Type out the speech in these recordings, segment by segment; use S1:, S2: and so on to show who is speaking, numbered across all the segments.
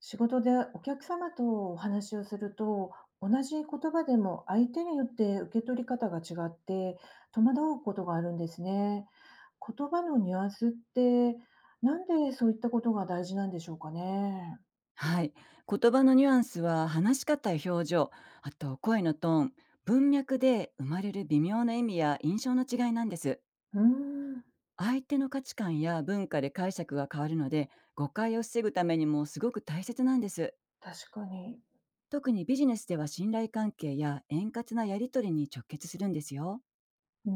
S1: 仕事でお客様とお話をすると、同じ言葉でも相手によって受け取り方が違って戸惑うことがあるんですね。言葉のニュアンスって、なんでそういったことが大事なんでしょうかね。
S2: はい。言葉のニュアンスは話し方や表情、あと声のトーン、文脈で生まれる微妙な意味や印象の違いなんです。
S1: うーん、
S2: 相手の価値観や文化で解釈が変わるので、誤解を防ぐためにもすごく大切なんです。
S1: 確かに。
S2: 特にビジネスでは信頼関係や円滑なやり取りに直結するんですよ。
S1: う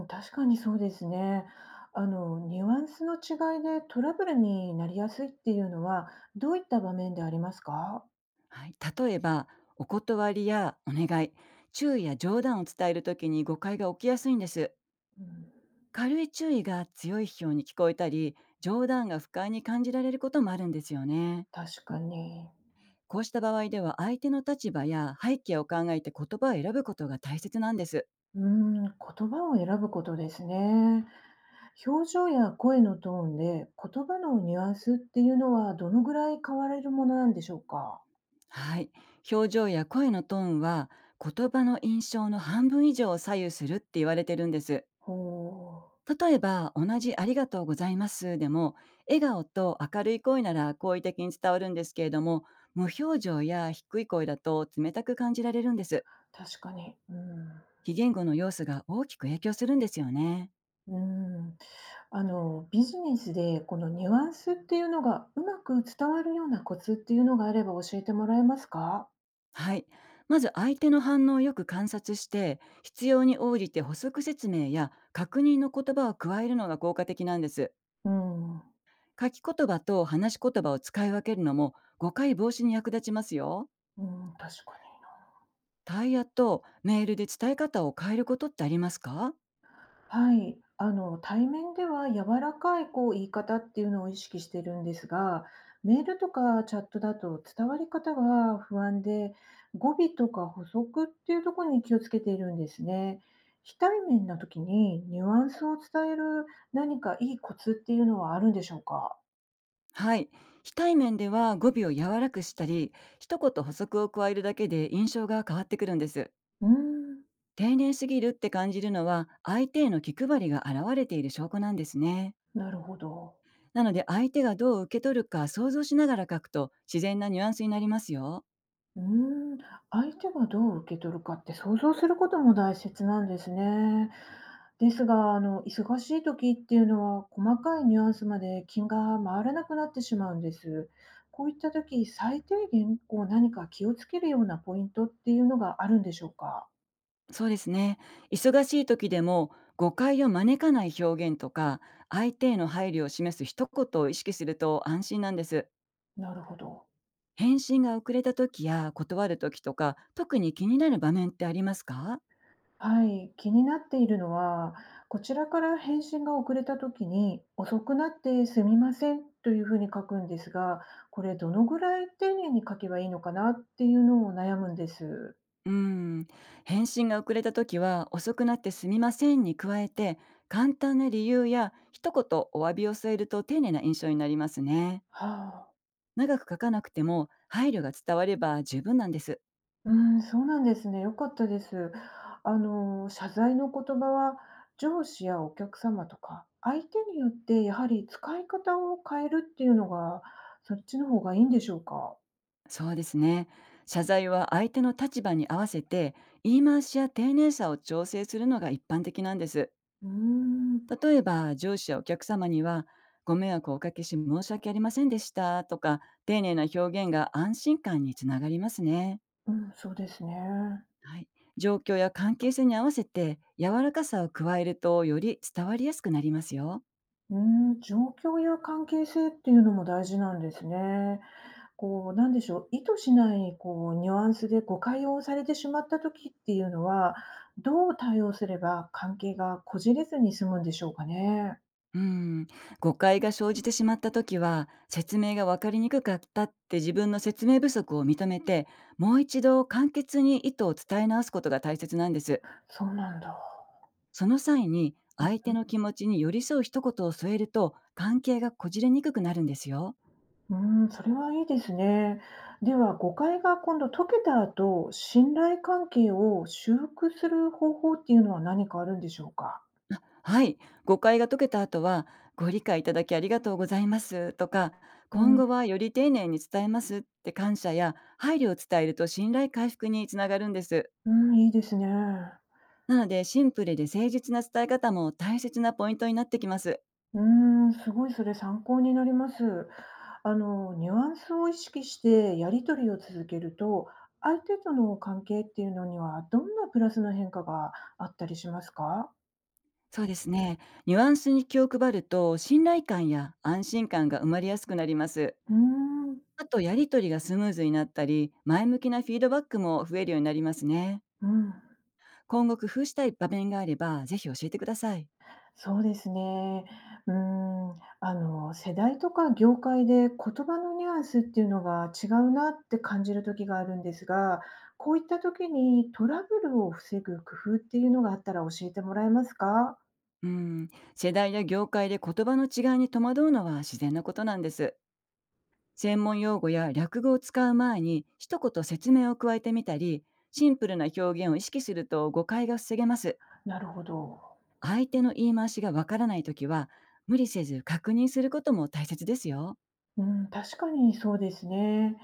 S1: ーん、確かにそうですね。ニュアンスの違いでトラブルになりやすいっていうのは、どういった場面でありますか？
S2: はい、例えば、お断りやお願い、注意や冗談を伝えるときに誤解が起きやすいんです。
S1: うん、
S2: 軽い注意が強い批評に聞こえたり、冗談が不快に感じられることもあるんですよね。
S1: 確かに。
S2: こうした場合では、相手の立場や背景を考えて言葉を選ぶことが大切なんです。
S1: うーん、言葉を選ぶことですね。表情や声のトーンで言葉のニュアンスっていうのは、どのぐらい変われるものなんでしょうか。
S2: はい、表情や声のトーンは、言葉の印象の半分以上を左右するって言われてるんです。
S1: ほう、
S2: 例えば、同じありがとうございますでも、笑顔と明るい声なら好意的に伝わるんですけれども、無表情や低い声だと冷たく感じられるんです。
S1: 確かに。うん。
S2: 非言語の要素が大きく影響するんですよね。
S1: うん、ビジネスでこのニュアンスっていうのがうまく伝わるようなコツっていうのがあれば、教えてもらえますか？
S2: はい。まず相手の反応をよく観察して、必要に応じて補足説明や確認の言葉を加えるのが効果的なんです。
S1: うん、う
S2: 書き言葉と話し言葉を使い分けるのも誤解防止に役立ちますよ。
S1: ん、確かに。
S2: タイヤとメールで伝え方を変えることってありますか？
S1: はい、あの、対面では柔らかい、こう言い方っていうのを意識してるんですが、メールとかチャットだと伝わり方が不安で、語尾とか補足っていうところに気をつけているんですね。非対面な時にニュアンスを伝える何かいいコツっていうのはあるんでしょうか。
S2: はい。非対面では語尾を柔らくしたり、一言補足を加えるだけで印象が変わってくるんです。
S1: うーん、
S2: 丁寧すぎるって感じるのは、相手への気配りが現れている証拠なんですね。
S1: なるほど。
S2: なので、相手がどう受け取るか想像しながら書くと自然なニュアンスになりますよ。
S1: うーん、相手がどう受け取るかって想像することも大切なんですね。ですが、忙しい時っていうのは細かいニュアンスまで気が回らなくなってしまうんです。こういった時、最低限こう何か気をつけるようなポイントっていうのがあるんでしょうか？
S2: そうですね。忙しい時でも、誤解を招かない表現とか、相手への配慮を示す一言を意識すると安心なんです。
S1: なるほど。
S2: 返信が遅れた時や断る時とか、特に気になる場面ってありますか？
S1: はい、気になっているのは、こちらから返信が遅れた時に、遅くなってすみませんというふうに書くんですが、これどのぐらい丁寧に書けばいいのかなっていうのを悩むんです。
S2: うーん、返信が遅れた時は、遅くなってすみませんに加えて、簡単な理由や一言お詫びを添えると丁寧な印象になりますね。
S1: はあ、
S2: 長く書かなくても配慮が伝われば十分なんです。
S1: うん、そうなんですね。よかったです。あの、謝罪の言葉は、上司やお客様とか、相手によってやはり使い方を変えるっていうのが、そっちの方がいいんでしょうか。
S2: そうですね。謝罪は相手の立場に合わせて、言い回しや丁寧さを調整するのが一般的なんです。
S1: うーん、
S2: 例えば上司やお客様には、ご迷惑をおかけし申し訳ありませんでしたとか、丁寧な表現が安心感につながりますね。
S1: うん、そうですね。
S2: はい、状況や関係性に合わせて柔らかさを加えると、より伝わりやすくなりますよ。
S1: うーん、状況や関係性っていうのも大事なんですね。こう、なんでしょう、意図しないこうニュアンスで誤解をされてしまった時っていうのは、どう対応すれば関係がこじれずに済むんでしょうかね。
S2: うん、誤解が生じてしまった時は、説明が分かりにくかったって自分の説明不足を認めて、もう一度簡潔に意図を伝え直すことが大切なんです。
S1: そうなんだ。
S2: その際に、
S1: う
S2: 相手
S1: ん
S2: の気持ちに寄り添う一言を添えると関係がこじれにくくなるんですよ。
S1: うん、それはいいですね。では、誤解が今度解けた後、信頼関係を修復する方法っていうのは何かあるんでしょうか？
S2: はい、誤解が解けた後は、ご理解いただきありがとうございますとか、
S1: う
S2: 今
S1: ん、
S2: 後はより丁寧に伝えますって、感謝や配慮を伝えると信頼回復につながるんです。
S1: うん、いいですね。
S2: なので、シンプルで誠実な伝え方も大切なポイントになってきます。
S1: うーん、すごいそれ参考になります。あの、ニュアンスを意識してやり取りを続けると、相手との関係っていうのにはどんなプラスの変化があったりしますか？
S2: そうですね。ニュアンスに気を配ると、信頼感や安心感が生まれやすくなります。
S1: うーん、
S2: あと、やりとりがスムーズになったり、前向きなフィードバックも増えるようになりますね。
S1: うん、
S2: 今後工夫したい場面があれば、ぜひ教えてください。
S1: そうですね。うーん、世代とか業界で言葉のニュアンスっていうのが違うなって感じる時があるんですが、こういった時にトラブルを防ぐ工夫っていうのがあったら、教えてもらえますか？
S2: うん、世代や業界で言葉の違いに戸惑うのは自然なことなんです。専門用語や略語を使う前に一言説明を加えてみたり、シンプルな表現を意識すると誤解が防げます。
S1: なるほど。
S2: 相手の言い回しがわからないときは、無理せず確認することも大切ですよ。
S1: うん、確かにそうですね。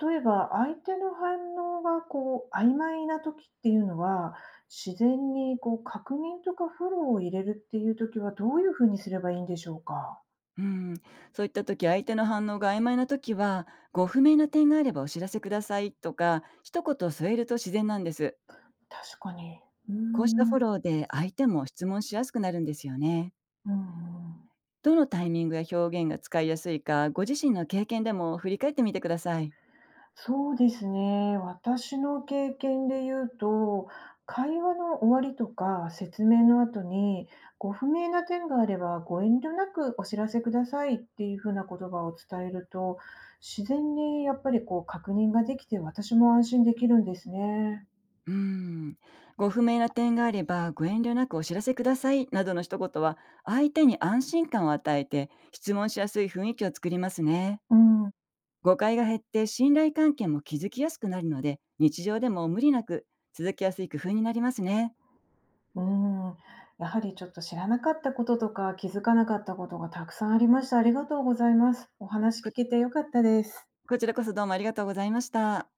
S1: 例えば相手の反応がこう曖昧な時っていうのは、自然にこう確認とかフォローを入れるっていう時は、どういうふうにすればいいんでしょうか？
S2: うん、そういったとき、相手の反応が曖昧なときは、ご不明な点があればお知らせくださいとか、一言添えると自然なんです。
S1: 確かに。う
S2: こうしたフ
S1: ん、
S2: ォローで相手も質問しやすくなるんですよね。
S1: うんうん。
S2: どのタイミングや表現が使いやすいか、ご自身の経験でも振り返ってみてください。
S1: そうですね。私の経験で言うと、会話の終わりとか説明の後に、ご不明な点があればご遠慮なくお知らせくださいっていうふうな言葉を伝えると、自然にやっぱりこう確認ができて私も安心できるんですね。
S2: うーん。ご不明な点があれば、ご遠慮なくお知らせください。などの一言は、相手に安心感を与えて、質問しやすい雰囲気を作りますね。
S1: うん、う
S2: 誤解が減って、信頼関係も築きやすくなるので、日常でも無理なく続きやすい工夫になりますね。
S1: ん、やはりちょっと知らなかったこととか気づかなかったことがたくさんありました。ありがとうございます。お話聞け
S2: こ
S1: てよかったです。
S2: こちらこそどうもありがとうございました。